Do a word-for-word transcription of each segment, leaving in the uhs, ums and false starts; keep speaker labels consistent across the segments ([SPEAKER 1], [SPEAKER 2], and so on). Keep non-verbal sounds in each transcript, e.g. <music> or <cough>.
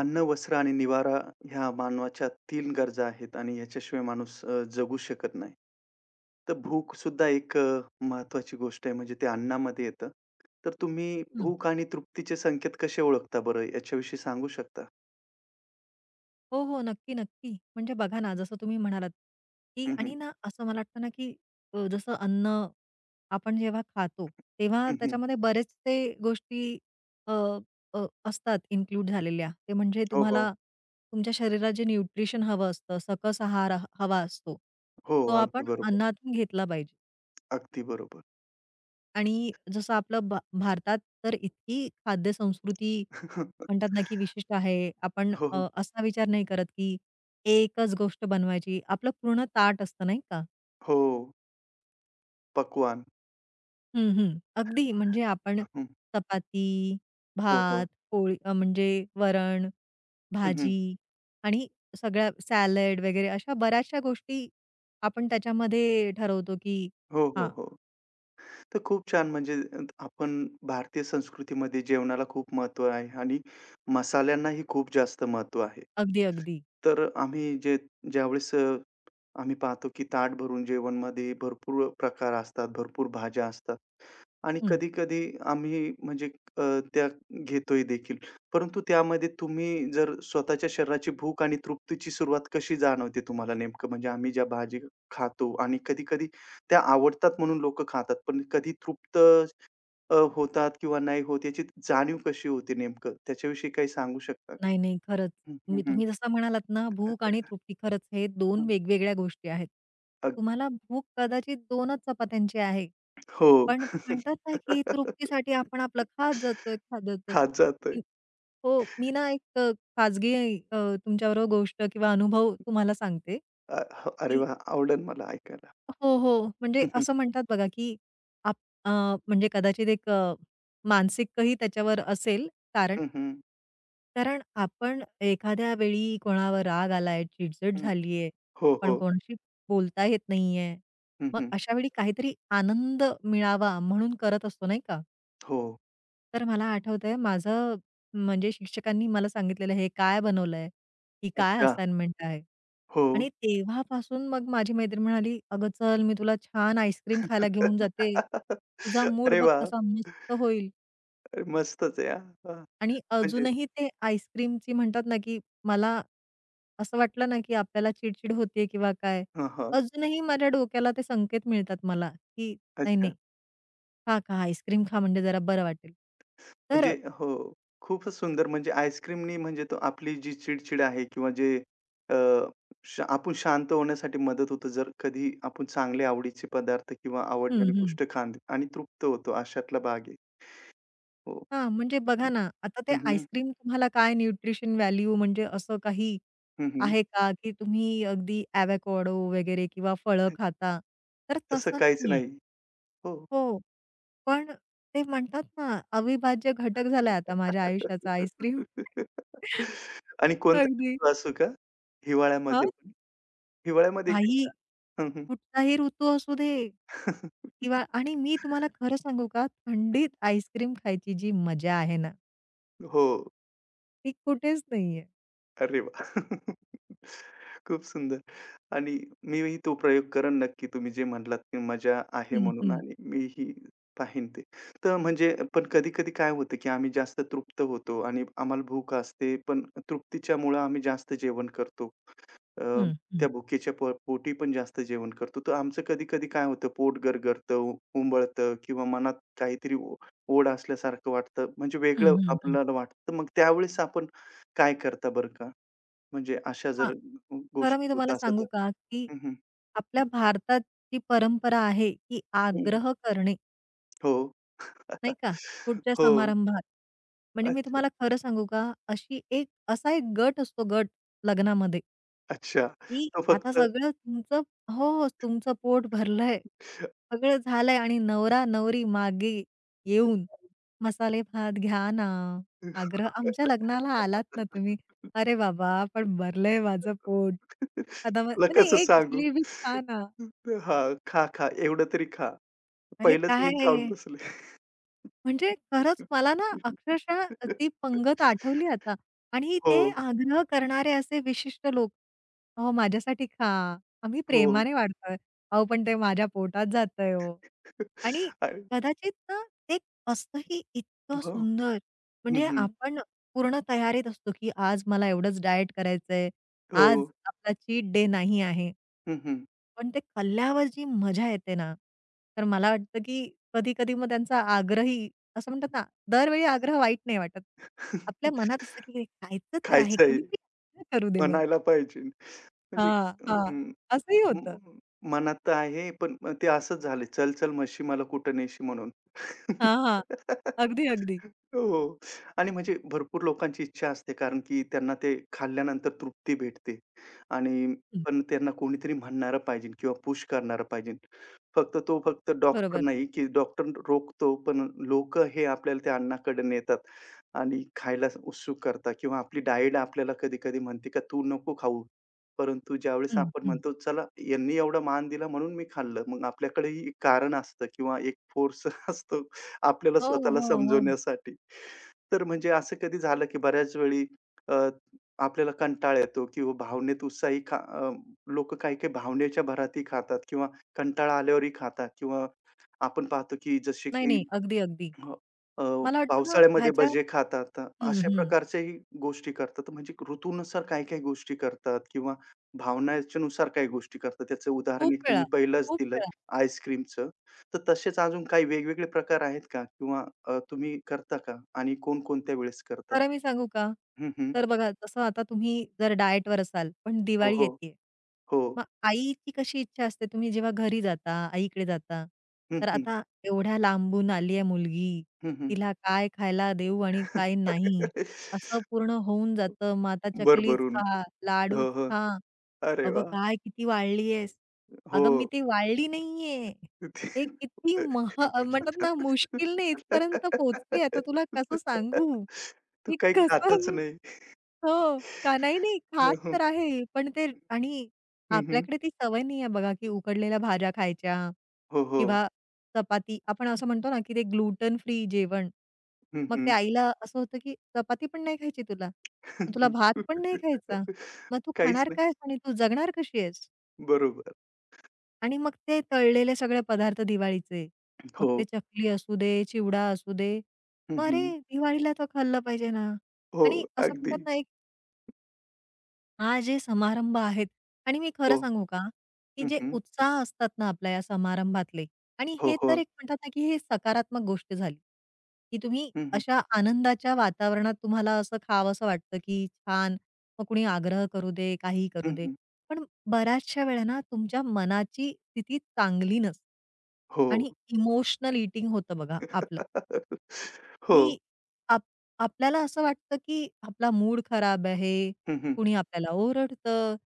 [SPEAKER 1] अन्न, वस्त्र आणि निवारा ह्या मानवाच्या तीन गरजा आहेत आणि याच्याशिवाय माणूस अ, जगू शकत नाही. तर भूक सुद्धा एक अ, महत्त्वाची गोष्ट आहे म्हणजे ते अन्नामध्ये येतं. तर तुम्ही
[SPEAKER 2] हं.
[SPEAKER 1] भूक आणि तृप्तीचे संकेत कसे ओळखता बरं याच्याविषयी सांगू शकता?
[SPEAKER 2] हो, हो. नक्की, नक्की. म्हणजे बघा ना, जसं तुम्ही म्हणालात, की
[SPEAKER 1] हं, हं.
[SPEAKER 2] आणि ना असं मला वाटतं ना, की अ, जसं अन्न आपण जेव्हा खातो, तेव्हा
[SPEAKER 1] हं, हं.
[SPEAKER 2] त्याच्यामध्ये बरेचसे गोष्टी अ, अ, असतात इन्क्लूड झालेल्या. ते म्हणजे
[SPEAKER 1] हो, हो.
[SPEAKER 2] तुम्हाला तुमच्या शरीरात जे न्यूट्रिशन हवं असतं, सकस आहार ह हवा असतो,
[SPEAKER 1] हो,
[SPEAKER 2] तो
[SPEAKER 1] अगदी
[SPEAKER 2] आपण
[SPEAKER 1] बरोबर.
[SPEAKER 2] अन्नातून घेतला पाहिजे.
[SPEAKER 1] अगदी बरोबर.
[SPEAKER 2] आणि जसं आपलं भा भारतात तर इतकी खाद्य संस्कृती म्हणतात
[SPEAKER 1] <laughs>
[SPEAKER 2] ना, की विशिष्ट आहे. आपण
[SPEAKER 1] हो, हो.
[SPEAKER 2] अ, असा विचार नाही करत, की एकच गोष्ट बनवायची. आपलं पूर्ण ताट असतं नाही का?
[SPEAKER 1] हो. पक्वान्न.
[SPEAKER 2] हं, हं. अगदी म्हणजे आपण
[SPEAKER 1] हं.
[SPEAKER 2] चपाती,
[SPEAKER 1] हो, हो.
[SPEAKER 2] भात, पोळी अ, म्हणजे वरण,
[SPEAKER 1] हं, हं.
[SPEAKER 2] भाजी आणि सगळ्या सॅलड वगैरे अशा बऱ्याचशा गोष्टी आपण त्याच्यामध्ये ठरवतो, की
[SPEAKER 1] हो, हो,
[SPEAKER 2] हां,
[SPEAKER 1] हो. तर खूप छान म्हणजे अ, आपण भारतीय संस्कृतीमध्ये जेवणाला खूप महत्व आहे आणि मसाल्यांनाही खूप जास्त महत्व आहे.
[SPEAKER 2] अगदी, अगदी.
[SPEAKER 1] तर आम्ही जे ज्यावेळेस अ, आम्ही पाहतो की ताट भरून जेवणमध्ये भरपूर प्रकार असतात, भरपूर भाज्या असतात. आणि
[SPEAKER 2] हं.
[SPEAKER 1] कधी-कधी आम्ही म्हणजे अ, त्या घेतोय देखील. परंतु त्यामध्ये तुम्ही जर स्वतःच्या शरीराची भूक आणि तृप्तीची सुरुवात कशी जाणवते तुम्हाला नेमकं? म्हणजे आम्ही ज्या भाजी खातो आणि कधी-कधी त्या आवडतात म्हणून लोकं खातात, पण कधी तृप्त अ, होतात किंवा नाही होत याची जाणीव कशी होते नेमकं? त्याच्याविषयी काही सांगू शकता का?
[SPEAKER 2] नाही, नाही. खरंच.
[SPEAKER 1] हं, हं,
[SPEAKER 2] मी
[SPEAKER 1] हं.
[SPEAKER 2] तुम्ही जसं म्हणालात ना, भूक आणि तृप्ती खरंच हे दोन वेगवेगळ्या गोष्टी आहेत.
[SPEAKER 1] अग
[SPEAKER 2] तुम्हाला भूक कदाचित दोनच चपात्यांची आहे.
[SPEAKER 1] हो.
[SPEAKER 2] पण ते म्हणतात ना, की
[SPEAKER 1] <laughs>
[SPEAKER 2] तृप्तीसाठी आपण आपलं खात जातोय, खात जातोय.
[SPEAKER 1] खात जातोय.
[SPEAKER 2] की हो, मी ना एक अ, खाजगी अ, तुमच्याबरोबर गोष्ट किंवा अनुभव तुम्हाला सांगते,
[SPEAKER 1] अ, हो, अरे
[SPEAKER 2] की
[SPEAKER 1] वाह! आवडेल मला ऐकायला.
[SPEAKER 2] हो, हो. म्हणजे
[SPEAKER 1] हं.
[SPEAKER 2] असं म्हणतात बघा, की आप अ, म्हणजे कदाचित एक अ, मानसिकही त्याच्यावर असेल कारण.
[SPEAKER 1] हं, हं.
[SPEAKER 2] कारण आपण एखाद्या वेळी कोणावर राग आलाय, चिडचिड
[SPEAKER 1] हं.
[SPEAKER 2] झालीये,
[SPEAKER 1] हो,
[SPEAKER 2] पण
[SPEAKER 1] हो.
[SPEAKER 2] कोणाशी बोलता येत नाहीये.
[SPEAKER 1] हं,
[SPEAKER 2] मग
[SPEAKER 1] हं.
[SPEAKER 2] अशा वेळी काहीतरी आनंद मिळावा म्हणून करत असतो, नाही का?
[SPEAKER 1] हो.
[SPEAKER 2] तर मला आठवतंय माझं म्हणजे शिक्षकांनी मला सांगितलेलं, "हे काय बनवलंय? ही काय
[SPEAKER 1] अच्छा.
[SPEAKER 2] असाइनमेंट आहे?"
[SPEAKER 1] हो.
[SPEAKER 2] आणि तेव्हापासून मग माझी मैत्रीण म्हणाली, "अगं चल, मी तुला छान आईस्क्रीम खायला घेऊन जाते.
[SPEAKER 1] <laughs>
[SPEAKER 2] तुझा मूड
[SPEAKER 1] अरे
[SPEAKER 2] बघ
[SPEAKER 1] वाह!
[SPEAKER 2] कसा मस्त होईल."
[SPEAKER 1] मस्तच आहे हां. हां.
[SPEAKER 2] आणि
[SPEAKER 1] म्हणजे
[SPEAKER 2] अजूनही ते आईस्क्रीमची म्हणतात ना, की मला असं वाटलं ना, की आपल्याला चिड-चिड होते किंवा काय,
[SPEAKER 1] हां, हां.
[SPEAKER 2] अजूनही माझ्या डोक्याला ते संकेत मिळतात मला, की "नाही,
[SPEAKER 1] अच्छा.
[SPEAKER 2] नाही, खा, खा, आईस्क्रीम खा म्हणजे जरा बरं वाटेल." तर
[SPEAKER 1] म्हणजे हो, खूपच सुंदर म्हणजे आईस्क्रीमनी म्हणजे तो आपली जी चिड-चिड आहे किंवा जे अ, श आपण शांत होण्यासाठी मदत होतो. जर कधी आपण चांगले आवडीचे पदार्थ किंवा
[SPEAKER 2] हं,
[SPEAKER 1] आवडणारी
[SPEAKER 2] हं.
[SPEAKER 1] गोष्ट खांद आणि तृप्त होतो अशातला भाग आहे. हो.
[SPEAKER 2] हां, म्हणजे बघा ना, आता ते
[SPEAKER 1] हं, हं.
[SPEAKER 2] आईस्क्रीम तुम्हाला काय न्यूट्रिशन व्हॅल्यू म्हणजे असं काही
[SPEAKER 1] हं, हं.
[SPEAKER 2] आहे का, की तुम्ही अगदी एवोकॅडो वगैरे किंवा फळं खाता? तर
[SPEAKER 1] तसं
[SPEAKER 2] तसं
[SPEAKER 1] काहीच
[SPEAKER 2] नाहीये.
[SPEAKER 1] नाही. हो.
[SPEAKER 2] हो, पण ते म्हणतात ना, अविभाज्य घटक झालाय आता माझ्या आयुष्याचा आईस्क्रीम. <laughs>
[SPEAKER 1] <laughs> आणि कोणता
[SPEAKER 2] अगदी.
[SPEAKER 1] ऋतू असू का?
[SPEAKER 2] हां,
[SPEAKER 1] हिवाळ्यामध्ये पण? हिवाळ्यामध्ये
[SPEAKER 2] काही
[SPEAKER 1] खेळता? हं, हं.
[SPEAKER 2] कुठलाही ऋतू असू दे किंवा
[SPEAKER 1] <laughs>
[SPEAKER 2] आणि मी तुम्हाला खरं सांगू का, थंडीत आईस्क्रीम खायची जी मजा आहे ना,
[SPEAKER 1] हो.
[SPEAKER 2] ती कुठेच नाहीये.
[SPEAKER 1] अरे वाह! <laughs> खूप सुंदर. आणि मीही तो प्रयोग करेन नक्की तुम्ही जे म्हटलात की मजा आहे
[SPEAKER 2] हं,
[SPEAKER 1] म्हणून
[SPEAKER 2] हं.
[SPEAKER 1] आणि मीही पाहीन ते. तर म्हणजे पण कधी-कधी काय होतं की आम्ही जास्त तृप्त होतो आणि आम्हाला भूक असते, पण तृप्तीच्यामुळं आम्ही जास्त जेवण करतो. अ,
[SPEAKER 2] हं.
[SPEAKER 1] त्या भुकेच्या पो पोटी पण जास्त जेवण करतो. तर आमचं कधी-कधी काय होतं, पोट गरगरतं, उ- उंबळतं किंवा मनात काहीतरी ओ ओढ असल्यासारखं वाटतं. म्हणजे
[SPEAKER 2] हं,
[SPEAKER 1] वेगळं
[SPEAKER 2] हं, हं.
[SPEAKER 1] आपल्याला वाटतं. मग त्यावेळेस आपण काय करता बरं का? म्हणजे अशा
[SPEAKER 2] हां,
[SPEAKER 1] जर
[SPEAKER 2] खरं मी
[SPEAKER 1] गोष्टी होत
[SPEAKER 2] तुम्हाला
[SPEAKER 1] असतात
[SPEAKER 2] सांगू
[SPEAKER 1] तर?
[SPEAKER 2] का, की
[SPEAKER 1] हं, हं.
[SPEAKER 2] आपल्या भारताची परंपरा आहे, की
[SPEAKER 1] हं,
[SPEAKER 2] आग्रह करणे
[SPEAKER 1] हो.
[SPEAKER 2] नाही का?
[SPEAKER 1] <laughs>
[SPEAKER 2] कुठच्या
[SPEAKER 1] हो.
[SPEAKER 2] समारंभात. म्हणजे मी
[SPEAKER 1] अच्छा.
[SPEAKER 2] तुम्हाला खरं सांगू का, अशी एक असा एक गट असतो गट लग्नामध्ये
[SPEAKER 1] अच्छा.
[SPEAKER 2] की
[SPEAKER 1] तो
[SPEAKER 2] आता
[SPEAKER 1] फक्त
[SPEAKER 2] सगळं तुमचं हो, हो, तुमचं पोट भरलंय. सगळं झालंय आणि नवरा-नवरी मागे येऊन, "मसाले भात घ्या ना,
[SPEAKER 1] <laughs>
[SPEAKER 2] आग्रह आमच्या लग्नाला आलात ना तुम्ही." अरे बाबा, पण भरलंय माझं पोट. आता मग
[SPEAKER 1] तुला
[SPEAKER 2] नाही,
[SPEAKER 1] कसं
[SPEAKER 2] "एक
[SPEAKER 1] सांगू?
[SPEAKER 2] जिलेबी खा ना."
[SPEAKER 1] हां, खा, खा. एवढं तरी खा.
[SPEAKER 2] अरे
[SPEAKER 1] पहिलंच मी खाऊन
[SPEAKER 2] काय?
[SPEAKER 1] बसले.
[SPEAKER 2] म्हणजे खरंच मला ना अक्षरशः ती पंगत आठवली आता आणि
[SPEAKER 1] हो,
[SPEAKER 2] ते आग्रह करणारे असे विशिष्ट लोक, "अहो माझ्यासाठी खा, आम्ही
[SPEAKER 1] हो.
[SPEAKER 2] प्रेमाने वाढतोय." अहो पण ते माझ्या पोटात जातंय हो. आणि
[SPEAKER 1] आणि
[SPEAKER 2] कदाचित ना ते असतंही इतकं
[SPEAKER 1] हो.
[SPEAKER 2] सुंदर.
[SPEAKER 1] हं,
[SPEAKER 2] म्हणजे हं.
[SPEAKER 1] हं.
[SPEAKER 2] आपण पूर्ण तयारीत असतो, की आज मला एवढंच डाएट करायचंय.
[SPEAKER 1] हो.
[SPEAKER 2] आज आपला चीट डे नाही आहे.
[SPEAKER 1] हं, हं.
[SPEAKER 2] पण ते खाल्ल्यावर जी मजा येते ना, तर मला वाटतं की कधी-कधी मग त्यांचा आग्रही असं म्हणतात ना, दरवेळी आग्रह वाईट नाही वाटत. आपल्या
[SPEAKER 1] <laughs>
[SPEAKER 2] मनात असतं की "हे खायचं तर आहे,
[SPEAKER 1] खायचंय
[SPEAKER 2] कुणीतरी आग्रह करू दे मग.
[SPEAKER 1] म्हणायला पाहिजे. म्हणजे
[SPEAKER 2] हां, हां.
[SPEAKER 1] हं.
[SPEAKER 2] असंही होतं.
[SPEAKER 1] म मनात तर आहे, पण मग ते असंच झालं, "चल, चल म्हशी मला कुठं नेशी" म्हणून.
[SPEAKER 2] हां, हां.
[SPEAKER 1] <laughs>
[SPEAKER 2] अगदी, अगदी.
[SPEAKER 1] हो. आणि म्हणजे भरपूर लोकांची इच्छा असते, कारण की त्यांना ते खाल्ल्यानंतर तृप्ती भेटते आणि
[SPEAKER 2] हं,
[SPEAKER 1] पण त्यांना कोणीतरी म्हणणारं पाहिजे किंवा पुश करणारं पाहिजे. फक्त तो फक्त डॉक्टर
[SPEAKER 2] बरोबर.
[SPEAKER 1] नाही, की डॉक्टर रोखतो, पण लोकं हे आपल्याला त्या अन्नाकडे नेतात आणि खायला उत्सुक करतात किंवा आपली डाएट आपल्याला कधी-कधी म्हणते, का "तू नको खाऊ." परंतु ज्यावेळेस
[SPEAKER 2] हं,
[SPEAKER 1] आपण
[SPEAKER 2] हं.
[SPEAKER 1] म्हणतो, "चला, यांनी एवढा मान दिला म्हणून मी खाल्लं." मग आपल्याकडेही एक कारण असतं किंवा एक फोर्स <laughs> असतो आपल्याला
[SPEAKER 2] हो,
[SPEAKER 1] स्वतःला
[SPEAKER 2] हो, हो.
[SPEAKER 1] समजवण्यासाठी. तर म्हणजे असं कधी झालं, की बऱ्याच वेळी अ, आपल्याला कंटाळा येतो किंवा भावनेत उत्साही खा अ, काही-काही भावनेच्या भरातही खातात किंवा कंटाळा आल्यावरही खातात किंवा आपण पाहतो, की जसे
[SPEAKER 2] नाही,
[SPEAKER 1] की
[SPEAKER 2] नाही. अगदी, अगदी.
[SPEAKER 1] हो. अ,
[SPEAKER 2] मला वाटतं ना
[SPEAKER 1] पावसाळ्यामध्ये
[SPEAKER 2] ह्याच्या
[SPEAKER 1] भजे खातात.
[SPEAKER 2] हं,
[SPEAKER 1] अशा
[SPEAKER 2] हं.
[SPEAKER 1] प्रकारच्याही गोष्टी करतात. म्हणजे ऋतूनुसार काही-काही गोष्टी करतात किंवा भावनेच्यानुसार काही गोष्टी करतात. त्याचं उदाहरण
[SPEAKER 2] खूप
[SPEAKER 1] एक
[SPEAKER 2] वेळा,
[SPEAKER 1] तुम्ही पहिलंच
[SPEAKER 2] खूप
[SPEAKER 1] दिलंय
[SPEAKER 2] वेळा.
[SPEAKER 1] आईस्क्रीमचं. तर तसेच अजून काही वेगवेगळे प्रकार आहेत का? किंवा अ, तुम्ही करता का? आणि कोणकोणत्या वेळेस करतात?
[SPEAKER 2] खरं मी सांगू का?
[SPEAKER 1] हं, हं.
[SPEAKER 2] तर बघा जसं आता तुम्ही जर डाएटवर असाल, पण
[SPEAKER 1] हो,
[SPEAKER 2] दिवाळी
[SPEAKER 1] हो.
[SPEAKER 2] येतीये.
[SPEAKER 1] हो.
[SPEAKER 2] मग आईची कशी इच्छा असते तुम्ही जेव्हा घरी जाता, आईकडे जाता,
[SPEAKER 1] हं,
[SPEAKER 2] तर
[SPEAKER 1] हं.
[SPEAKER 2] आता एवढ्या लांबून आली आहे मुलगी,
[SPEAKER 1] हं, हं.
[SPEAKER 2] तिला काय खायला देऊ आणि काय नाही,
[SPEAKER 1] <laughs>
[SPEAKER 2] असं पूर्ण होऊन जातं. मग आता चकलीच
[SPEAKER 1] भरभरून.
[SPEAKER 2] खा, लाडूच
[SPEAKER 1] हो, हो.
[SPEAKER 2] खा.
[SPEAKER 1] अरे
[SPEAKER 2] अगं
[SPEAKER 1] वाह!
[SPEAKER 2] काय किती वाढली आहेस?
[SPEAKER 1] हो.
[SPEAKER 2] अगं मी ती वाढली नाहीये. ते
[SPEAKER 1] <laughs>
[SPEAKER 2] किती मह म्हणतात ना मुश्किलने इथपर्यंत पोहोचली. आता तुला कसं सांगू?
[SPEAKER 1] तो
[SPEAKER 2] की
[SPEAKER 1] काही खातच
[SPEAKER 2] कसं
[SPEAKER 1] नाही.
[SPEAKER 2] हो का नाही, नाही
[SPEAKER 1] हं,
[SPEAKER 2] खात
[SPEAKER 1] हं.
[SPEAKER 2] तर आहे. पण ते आणि
[SPEAKER 1] हं, हं.
[SPEAKER 2] आपल्याकडे ती सवय नाही आहे बघा, की उकडलेल्या भाज्या खायच्या
[SPEAKER 1] हो, हो.
[SPEAKER 2] किंवा चपाती. आपण असं म्हणतो ना, की ते ग्लूटन फ्री जेवण.
[SPEAKER 1] हं,
[SPEAKER 2] मग ते
[SPEAKER 1] हं.
[SPEAKER 2] आईला असं होतं, की चपाती पण नाही खायची तुला. मग तुला
[SPEAKER 1] <laughs>
[SPEAKER 2] भात पण नाही खायचा. मग तू
[SPEAKER 1] काहीच
[SPEAKER 2] खाणार
[SPEAKER 1] नाही.
[SPEAKER 2] काय आणि तू जगणार कशी आहेस?
[SPEAKER 1] बरोबर.
[SPEAKER 2] आणि मग ते तळलेले सगळे पदार्थ दिवाळीचे. मग
[SPEAKER 1] हो.
[SPEAKER 2] ते चकली असू दे, चिवडा असू दे.
[SPEAKER 1] हं,
[SPEAKER 2] मग अरे,
[SPEAKER 1] हं.
[SPEAKER 2] दिवाळीला तर खाल्लं पाहिजे ना.
[SPEAKER 1] हो,
[SPEAKER 2] आणि असं
[SPEAKER 1] अगदी.
[SPEAKER 2] म्हणतात ना, एक हा जे समारंभ आहेत आणि मी खरं
[SPEAKER 1] हो.
[SPEAKER 2] सांगू का, की
[SPEAKER 1] हं,
[SPEAKER 2] जे
[SPEAKER 1] हं.
[SPEAKER 2] उत्साह असतात ना आपल्या या समारंभातले आणि
[SPEAKER 1] हो,
[SPEAKER 2] हे तर
[SPEAKER 1] हो.
[SPEAKER 2] एक म्हणतात ना, की हे सकारात्मक गोष्ट झाली, की तुम्ही
[SPEAKER 1] हं, हं.
[SPEAKER 2] अशा आनंदाच्या वातावरणात तुम्हाला असं खावंसं वाटतं, की छान मग कुणी आग्रह करू दे, काहीही करू
[SPEAKER 1] हं,
[SPEAKER 2] दे.
[SPEAKER 1] हं.
[SPEAKER 2] पण बऱ्याचशा वेळा ना तुमच्या मनाची स्थिती चांगली नसते
[SPEAKER 1] हो.
[SPEAKER 2] आणि इमोशनल ईटिंग होतं बघा आपलं.
[SPEAKER 1] <laughs>
[SPEAKER 2] की
[SPEAKER 1] हो.
[SPEAKER 2] आप आपल्याला असं वाटतं, की आपला मूड खराब आहे,
[SPEAKER 1] हं, हं.
[SPEAKER 2] कुणी आपल्याला ओरडतं.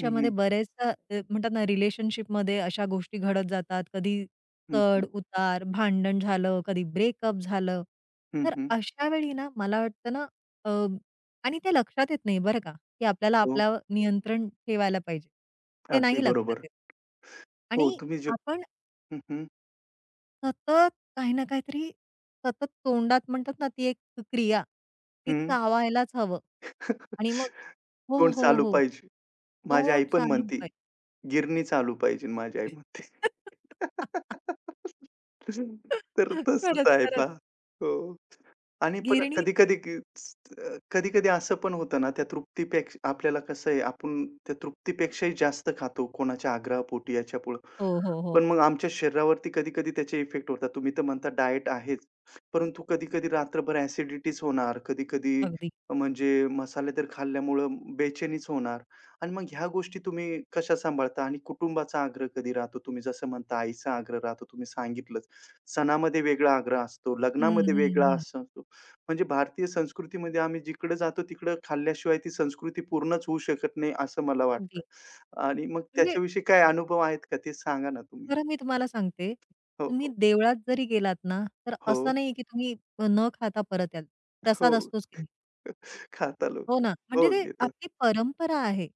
[SPEAKER 1] हं, हं.
[SPEAKER 2] बऱ्याचदा अ, म्हणतात ना रिलेशनशिपमध्ये अशा गोष्टी घडत जातात. कधी
[SPEAKER 1] हं, हं.
[SPEAKER 2] चढ-उतार, भांडण झालं, कधी ब्रेकअप झालं.
[SPEAKER 1] हं,
[SPEAKER 2] तर
[SPEAKER 1] हं.
[SPEAKER 2] अशा वेळी ना मला वाटतं ना अ, आणि ते लक्षात येत नाही बरं का, की आपल्याला
[SPEAKER 1] हो.
[SPEAKER 2] आपल्यावर नियंत्रण ठेवायला पाहिजे. ते
[SPEAKER 1] अगदी
[SPEAKER 2] नाही लक्षात
[SPEAKER 1] बरोबर.
[SPEAKER 2] येत.
[SPEAKER 1] हो,
[SPEAKER 2] आणि
[SPEAKER 1] तुम्ही जे
[SPEAKER 2] आपण
[SPEAKER 1] हं, हं.
[SPEAKER 2] सतत काही ना काहीतरी सतत तोंडात म्हणतात ना, ती एक क्रिया, ती
[SPEAKER 1] हं.
[SPEAKER 2] चावायलाच हवं. आणि मग
[SPEAKER 1] <laughs>
[SPEAKER 2] हो,
[SPEAKER 1] तोंड
[SPEAKER 2] हो,
[SPEAKER 1] चालू
[SPEAKER 2] हो.
[SPEAKER 1] पाहिजे. माझी आई
[SPEAKER 2] तोंड
[SPEAKER 1] पण
[SPEAKER 2] चालू
[SPEAKER 1] म्हणती,
[SPEAKER 2] पाहिजे.
[SPEAKER 1] "गिरणी चालू पाहिजे" माझी आई म्हणते.
[SPEAKER 2] <laughs>
[SPEAKER 1] <laughs> तर तसंच
[SPEAKER 2] खरंच,
[SPEAKER 1] आहे
[SPEAKER 2] खरंच.
[SPEAKER 1] पहा. हो. आणि पण
[SPEAKER 2] गिरणी
[SPEAKER 1] कधी-कधी क अ, कधी-कधी असं पण होतं ना, त्या तृप्तीपेक्षा आपल्याला कसं आहे, आपण त्या तृप्तीपेक्षाही जास्त खातो कोणाच्या आग्रहापोटी याच्यापुढं.
[SPEAKER 2] हो, हो, हो.
[SPEAKER 1] पण मग आमच्या शरीरावरती कधी-कधी त्याचे इफेक्ट होतात. तुम्ही तर म्हणता डाएट आहेच, परंतु कधी-कधी रात्रभर ॲसिडिटीच होणार, कधी-कधी
[SPEAKER 2] अगदी.
[SPEAKER 1] म्हणजे मसाले तर खाल्ल्यामुळं बेचैनीच होणार. आणि मग ह्या गोष्टी तुम्ही कशा सांभाळता आणि कुटुंबाचा आग्रह कधी राहतो? तुम्ही जसं म्हणता आईचा आग्रह राहतो, तुम्ही सांगितलंच. सणामध्ये वेगळा आग्रह असतो,
[SPEAKER 2] हं,
[SPEAKER 1] लग्नामध्ये वेगळा
[SPEAKER 2] हं, हं.
[SPEAKER 1] असा असतो. म्हणजे भारतीय संस्कृतीमध्ये आम्ही जिकडे जातो तिकडं खाल्ल्याशिवाय ती संस्कृती पूर्णच होऊ शकत नाही, असं मला वाटतं.
[SPEAKER 2] अगदी.
[SPEAKER 1] आणि मग
[SPEAKER 2] म्हणजे
[SPEAKER 1] त्याच्याविषयी काय अनुभव आहेत का? ते सांगा ना तुम्ही.
[SPEAKER 2] खरं मी तुम्हाला सांगते,
[SPEAKER 1] हो,
[SPEAKER 2] तुम्ही
[SPEAKER 1] हो.
[SPEAKER 2] देवळात जरी गेलात ना, तर असं नाही की तुम्ही न खाता परत याल.
[SPEAKER 1] हो,
[SPEAKER 2] प्रसाद
[SPEAKER 1] हो.
[SPEAKER 2] असतोच की. नाही.
[SPEAKER 1] खाता
[SPEAKER 2] हो
[SPEAKER 1] लोकं.
[SPEAKER 2] ना. म्हणजे
[SPEAKER 1] हो,
[SPEAKER 2] ते
[SPEAKER 1] घेतात.
[SPEAKER 2] आपली परंपरा आहे.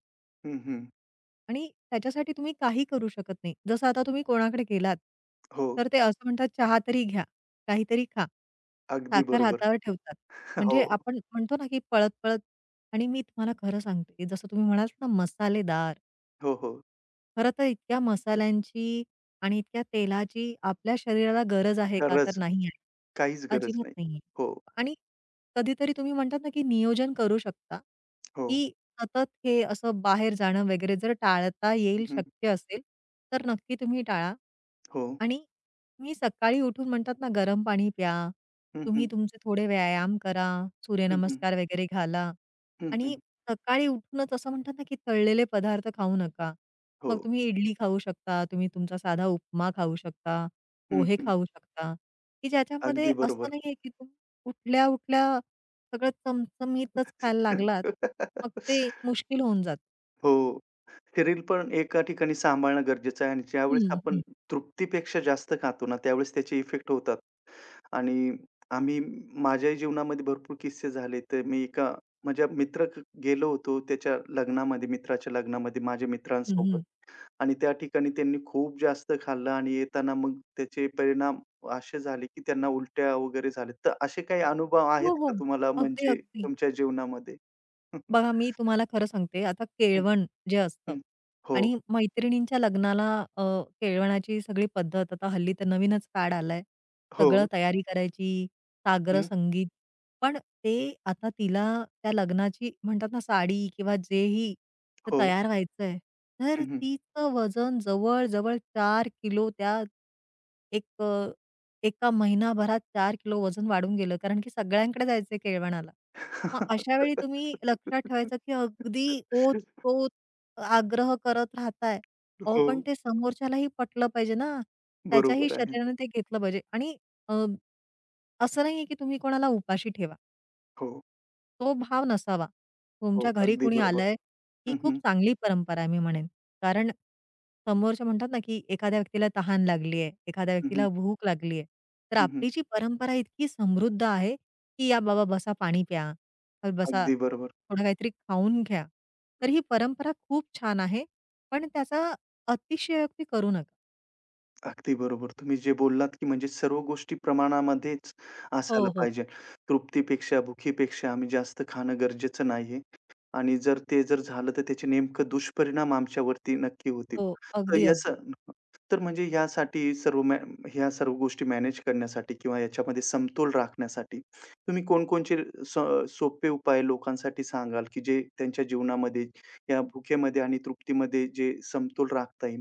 [SPEAKER 1] हं, हं.
[SPEAKER 2] आणि त्याच्यासाठी तुम्ही काही करू शकत नाही. जसं आता तुम्ही कोणाकडे गेलात,
[SPEAKER 1] हो,
[SPEAKER 2] तर ते असं म्हणतात, "चहा तरी घ्या, काहीतरी खा."
[SPEAKER 1] अगदी
[SPEAKER 2] साखर
[SPEAKER 1] बरोबर.
[SPEAKER 2] हातावर ठेवतात.
[SPEAKER 1] <laughs> हो,
[SPEAKER 2] म्हणजे आपण म्हणतो ना, की पळत-पळत आणि मी तुम्हाला खरं सांगते, जसं तुम्ही म्हणालात ना, मसालेदार,
[SPEAKER 1] हो, हो.
[SPEAKER 2] खरं तर इतक्या मसाल्यांची आणि इतक्या तेलाची आपल्या शरीराला गरज आहे का? तर
[SPEAKER 1] खरंच
[SPEAKER 2] नाही आहे.
[SPEAKER 1] काहीच गरज
[SPEAKER 2] अजिबात
[SPEAKER 1] नाही.
[SPEAKER 2] नाहीये.
[SPEAKER 1] हो,
[SPEAKER 2] आणि कधीतरी तुम्ही म्हणतात ना, की नियोजन करू शकता,
[SPEAKER 1] हो.
[SPEAKER 2] की सतत हे असं बाहेर जाणं वगैरे जर टाळता येईल
[SPEAKER 1] हं, हं.
[SPEAKER 2] शक्य असेल, तर नक्की तुम्ही टाळा.
[SPEAKER 1] हो.
[SPEAKER 2] आणि तुम्ही सकाळी उठून म्हणतात ना, गरम पाणी प्या.
[SPEAKER 1] हं, हं.
[SPEAKER 2] तुम्ही तुमचे थोडे व्यायाम करा,
[SPEAKER 1] हं, हं.
[SPEAKER 2] सूर्यनमस्कार वगैरे घाला
[SPEAKER 1] हं, हं.
[SPEAKER 2] आणि सकाळी उठूनच असं म्हणतात ना, की तळलेले पदार्थ खाऊ नका.
[SPEAKER 1] हो.
[SPEAKER 2] मग तुम्ही इडली खाऊ शकता, तुम्ही तुमचा साधा उपमा खाऊ शकता,
[SPEAKER 1] हं,
[SPEAKER 2] पोहे
[SPEAKER 1] हं.
[SPEAKER 2] खाऊ शकता, की ज्याच्यामध्ये
[SPEAKER 1] अगदी
[SPEAKER 2] असं
[SPEAKER 1] बरोबर.
[SPEAKER 2] नाहीये की तुम्ही उठल्या-उठल्या सगळं चमचमीतच खायला लागलात, मग
[SPEAKER 1] <laughs>
[SPEAKER 2] ते मुश्किल होऊन जात।
[SPEAKER 1] हो. शरीर पण एका ठिकाणी सांभाळणं गरजेचं आहे आणि ज्यावेळेस
[SPEAKER 2] हं,
[SPEAKER 1] आपण
[SPEAKER 2] हं,
[SPEAKER 1] तृप्तीपेक्षा जास्त खातो ना, त्यावेळेस त्याचे इफेक्ट होतात आणि आम्ही माझ्याही जीवनामध्ये भरपूर किस्से झाले. तर मी एका माझ्या मित्र क- गेलो होतो त्याच्या लग्नामध्ये, मित्राच्या लग्नामध्ये माझ्या
[SPEAKER 2] हं,
[SPEAKER 1] मित्रांसोबत.
[SPEAKER 2] हं.
[SPEAKER 1] आणि त्या ठिकाणी त्यांनी खूप जास्त खाल्लं आणि येताना मग त्याचे परिणाम असे झाले, की त्यांना उलट्या वगैरे झाल्या. तर असे काही अनुभव आहेत
[SPEAKER 2] हो, हो.
[SPEAKER 1] का तुम्हाला
[SPEAKER 2] अगदी,
[SPEAKER 1] म्हणजे
[SPEAKER 2] अगदी.
[SPEAKER 1] तुमच्या जीवनामध्ये?
[SPEAKER 2] बघा,
[SPEAKER 1] <laughs>
[SPEAKER 2] मी तुम्हाला खरं सांगते, आता
[SPEAKER 1] हं,
[SPEAKER 2] केळवण जे असतं
[SPEAKER 1] हो,
[SPEAKER 2] आणि मैत्रिणींच्या लग्नाला अ, केळवणाची सगळी पद्धत आता हल्ली तर नवीनच फॅड आलाय.
[SPEAKER 1] हो.
[SPEAKER 2] सगळं तयारी करायची, साग्र
[SPEAKER 1] हं,
[SPEAKER 2] संगीत. पण ते आता तिला त्या लग्नाची म्हणतात ना साडी किंवा जेही तर
[SPEAKER 1] हो.
[SPEAKER 2] तयार व्हायचंय. तर
[SPEAKER 1] हं, हं.
[SPEAKER 2] तिचं वजन जवळ-जवळ चार किलो त्या एक अ, एका महिनाभरात चार किलो वजन वाढून गेलं. कारण की सगळ्यांकडे जायचंय केळवणाला. मग अशा वेळी तुम्ही लक्षात
[SPEAKER 1] <laughs>
[SPEAKER 2] ठेवायचं, की अगदी ओतप्रोत आग्रह करत राहताय. अहो,
[SPEAKER 1] हो,
[SPEAKER 2] पण ते समोरच्यालाही पटलं पाहिजे ना. त्याच्याही
[SPEAKER 1] बरोबर आहे.
[SPEAKER 2] शरीराने ते घेतलं पाहिजे आणि अ, असं नाहीये, की तुम्ही कोणाला उपाशी ठेवा.
[SPEAKER 1] हो,
[SPEAKER 2] तो भाव नसावा.
[SPEAKER 1] हो.
[SPEAKER 2] तुमच्या घरी
[SPEAKER 1] अगदी
[SPEAKER 2] कुणी
[SPEAKER 1] बरोबर.
[SPEAKER 2] आलंय, ही खूप
[SPEAKER 1] हं.
[SPEAKER 2] चांगली परंपरा आहे मी म्हणेन. कारण समोरचे म्हणतात ना, की एखाद्या व्यक्तीला तहान लागली आहे, एखाद्या
[SPEAKER 1] हं, हं.
[SPEAKER 2] व्यक्तीला भूक लागली आहे. तर
[SPEAKER 1] हं, हं.
[SPEAKER 2] आपली जी परंपरा इतकी समृद्ध आहे, की "या बाबा बसा पाणी प्या, तर बसा
[SPEAKER 1] अगदी बरोबर.
[SPEAKER 2] थोडं काहीतरी खाऊन घ्या." तर ही परंपरा खूप छान आहे. पण त्याचा अतिशयोक्ती करू नका.
[SPEAKER 1] अगदी बरोबर. तुम्ही जे बोललात, की म्हणजे सर्व गोष्टी प्रमाणामध्येच असायला
[SPEAKER 2] हो, हो.
[SPEAKER 1] पाहिजे. तृप्तीपेक्षा, भुकीपेक्षा आम्ही जास्त खाणं गरजेचं नाहीये आणि जर ते जर झालं, तर त्याचे नेमकं दुष्परिणाम आमच्यावरती नक्की होतील.
[SPEAKER 2] हो.
[SPEAKER 1] तर
[SPEAKER 2] अगदी, अगदी.
[SPEAKER 1] याचं तर म्हणजे यासाठी सर्व मॅ ह्या सर्व गोष्टी मॅनेज करण्यासाठी किंवा याच्यामध्ये समतोल राखण्यासाठी तुम्ही कोणकोणचे स सोपे उपाय लोकांसाठी सांगाल, की जे त्यांच्या जीवनामध्ये या भुकेमध्ये आणि तृप्तीमध्ये जे समतोल राखता येईल?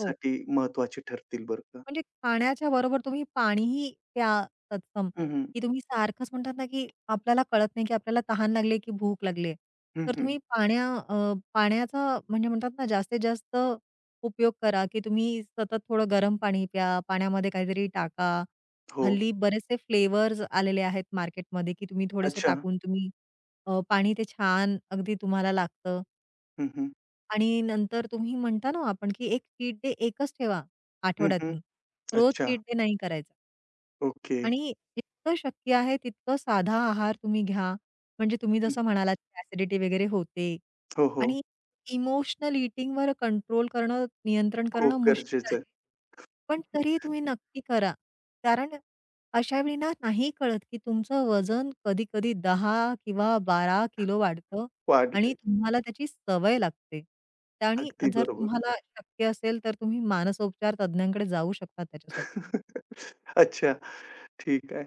[SPEAKER 2] हो.
[SPEAKER 1] महत्त्वाचे ठरतील बरं का.
[SPEAKER 2] म्हणजे खाण्याच्या बरोबर तुम्ही पाणीही प्या तत्सम,
[SPEAKER 1] हं, हं.
[SPEAKER 2] की तुम्ही सारखंच म्हणतात ना, की आपल्याला कळत नाही, की आपल्याला तहान लागली, की भूक लागली
[SPEAKER 1] हं,
[SPEAKER 2] तर
[SPEAKER 1] हं.
[SPEAKER 2] तुम्ही पाण्या अ, पाण्याचा म्हणजे म्हणतात ना, जास्तीत जास्त उपयोग करा, की तुम्ही सतत थोडं गरम पाणी प्या, पाण्यामध्ये काहीतरी टाका.
[SPEAKER 1] हो.
[SPEAKER 2] हल्ली बरेचसे फ्लेवर्स आलेले आहेत मार्केटमध्ये, की तुम्ही थोडेसे
[SPEAKER 1] अच्छा.
[SPEAKER 2] टाकून तुम्ही अ, पाणी ते छान अगदी तुम्हाला लागतं.
[SPEAKER 1] हं, हं.
[SPEAKER 2] आणि नंतर तुम्ही म्हणता ना आपण, की एक चीट डे एकच ठेवा
[SPEAKER 1] हं, हं.
[SPEAKER 2] आठवड्यातून. रोज
[SPEAKER 1] अच्छा.
[SPEAKER 2] चीट डे नाही करायचा.
[SPEAKER 1] ओके.
[SPEAKER 2] आणि जितकं शक्य आहे तितकं साधा आहार तुम्ही घ्या. म्हणजे तुम्ही
[SPEAKER 1] हं.
[SPEAKER 2] जसं म्हणालात, की ॲसिडिटी वगैरे होते
[SPEAKER 1] हो, हो.
[SPEAKER 2] आणि इमोशनल ईटिंगवर कंट्रोल करणं, नियंत्रण करणं
[SPEAKER 1] खूप
[SPEAKER 2] मुश्किल
[SPEAKER 1] गरजेचं
[SPEAKER 2] आहे.
[SPEAKER 1] आहे.
[SPEAKER 2] पण तरी तुम्ही नक्की करा. कारण अशा वेळी ना नाही कळत, की तुमचं वजन कधी-कधी दहा किंवा बारा किलो वाढतं आणि
[SPEAKER 1] वाढलंय.
[SPEAKER 2] तुम्हाला त्याची सवय लागते. आणि
[SPEAKER 1] अगदी
[SPEAKER 2] जर
[SPEAKER 1] बरोबर.
[SPEAKER 2] तुम्हाला शक्य असेल, तर तुम्ही मानसोपचार तज्ञांकडे जाऊ शकता त्याच्यासाठी.
[SPEAKER 1] <laughs> अच्छा. ठीक आहे.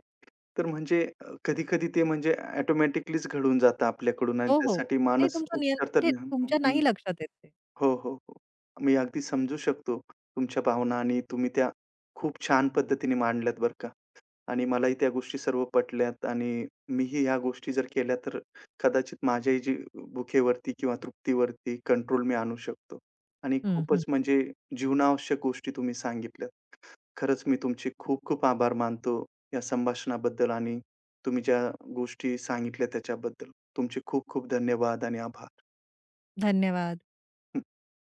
[SPEAKER 1] तर म्हणजे अ, कधी-कधी ते म्हणजे ऑटोमॅटिकलीच घडून जातं आपल्याकडून आणि
[SPEAKER 2] हो, हो.
[SPEAKER 1] त्यासाठी
[SPEAKER 2] नाही
[SPEAKER 1] मानस
[SPEAKER 2] तुमचं
[SPEAKER 1] उपचार
[SPEAKER 2] नियंत्रण
[SPEAKER 1] तर
[SPEAKER 2] म्हणजे
[SPEAKER 1] हं,
[SPEAKER 2] तुमच्या
[SPEAKER 1] हं.
[SPEAKER 2] नाही लक्षात येत ते.
[SPEAKER 1] हो, हो, हो. मी अगदी समजू शकतो तुमच्या भावना आणि तुम्ही त्या खूप छान पद्धतीने मांडल्यात बरं का. आणि मलाही त्या गोष्टी सर्व पटल्यात आणि मीही ह्या गोष्टी जर केल्या तर कदाचित माझ्याही जी भुकेवरती किंवा तृप्तीवरती कंट्रोल मी आणू शकतो. आणि
[SPEAKER 2] हं,
[SPEAKER 1] खूपच
[SPEAKER 2] हं.
[SPEAKER 1] म्हणजे जीवनावश्यक गोष्टी तुम्ही सांगितल्यात. खरंच मी तुमचे खूप खूप आभार मानतो या संभाषणाबद्दल आणि तुम्ही ज्या गोष्टी सांगितल्या त्याच्याबद्दल. तुमचे खूप खूप धन्यवाद आणि आभार.
[SPEAKER 2] धन्यवाद.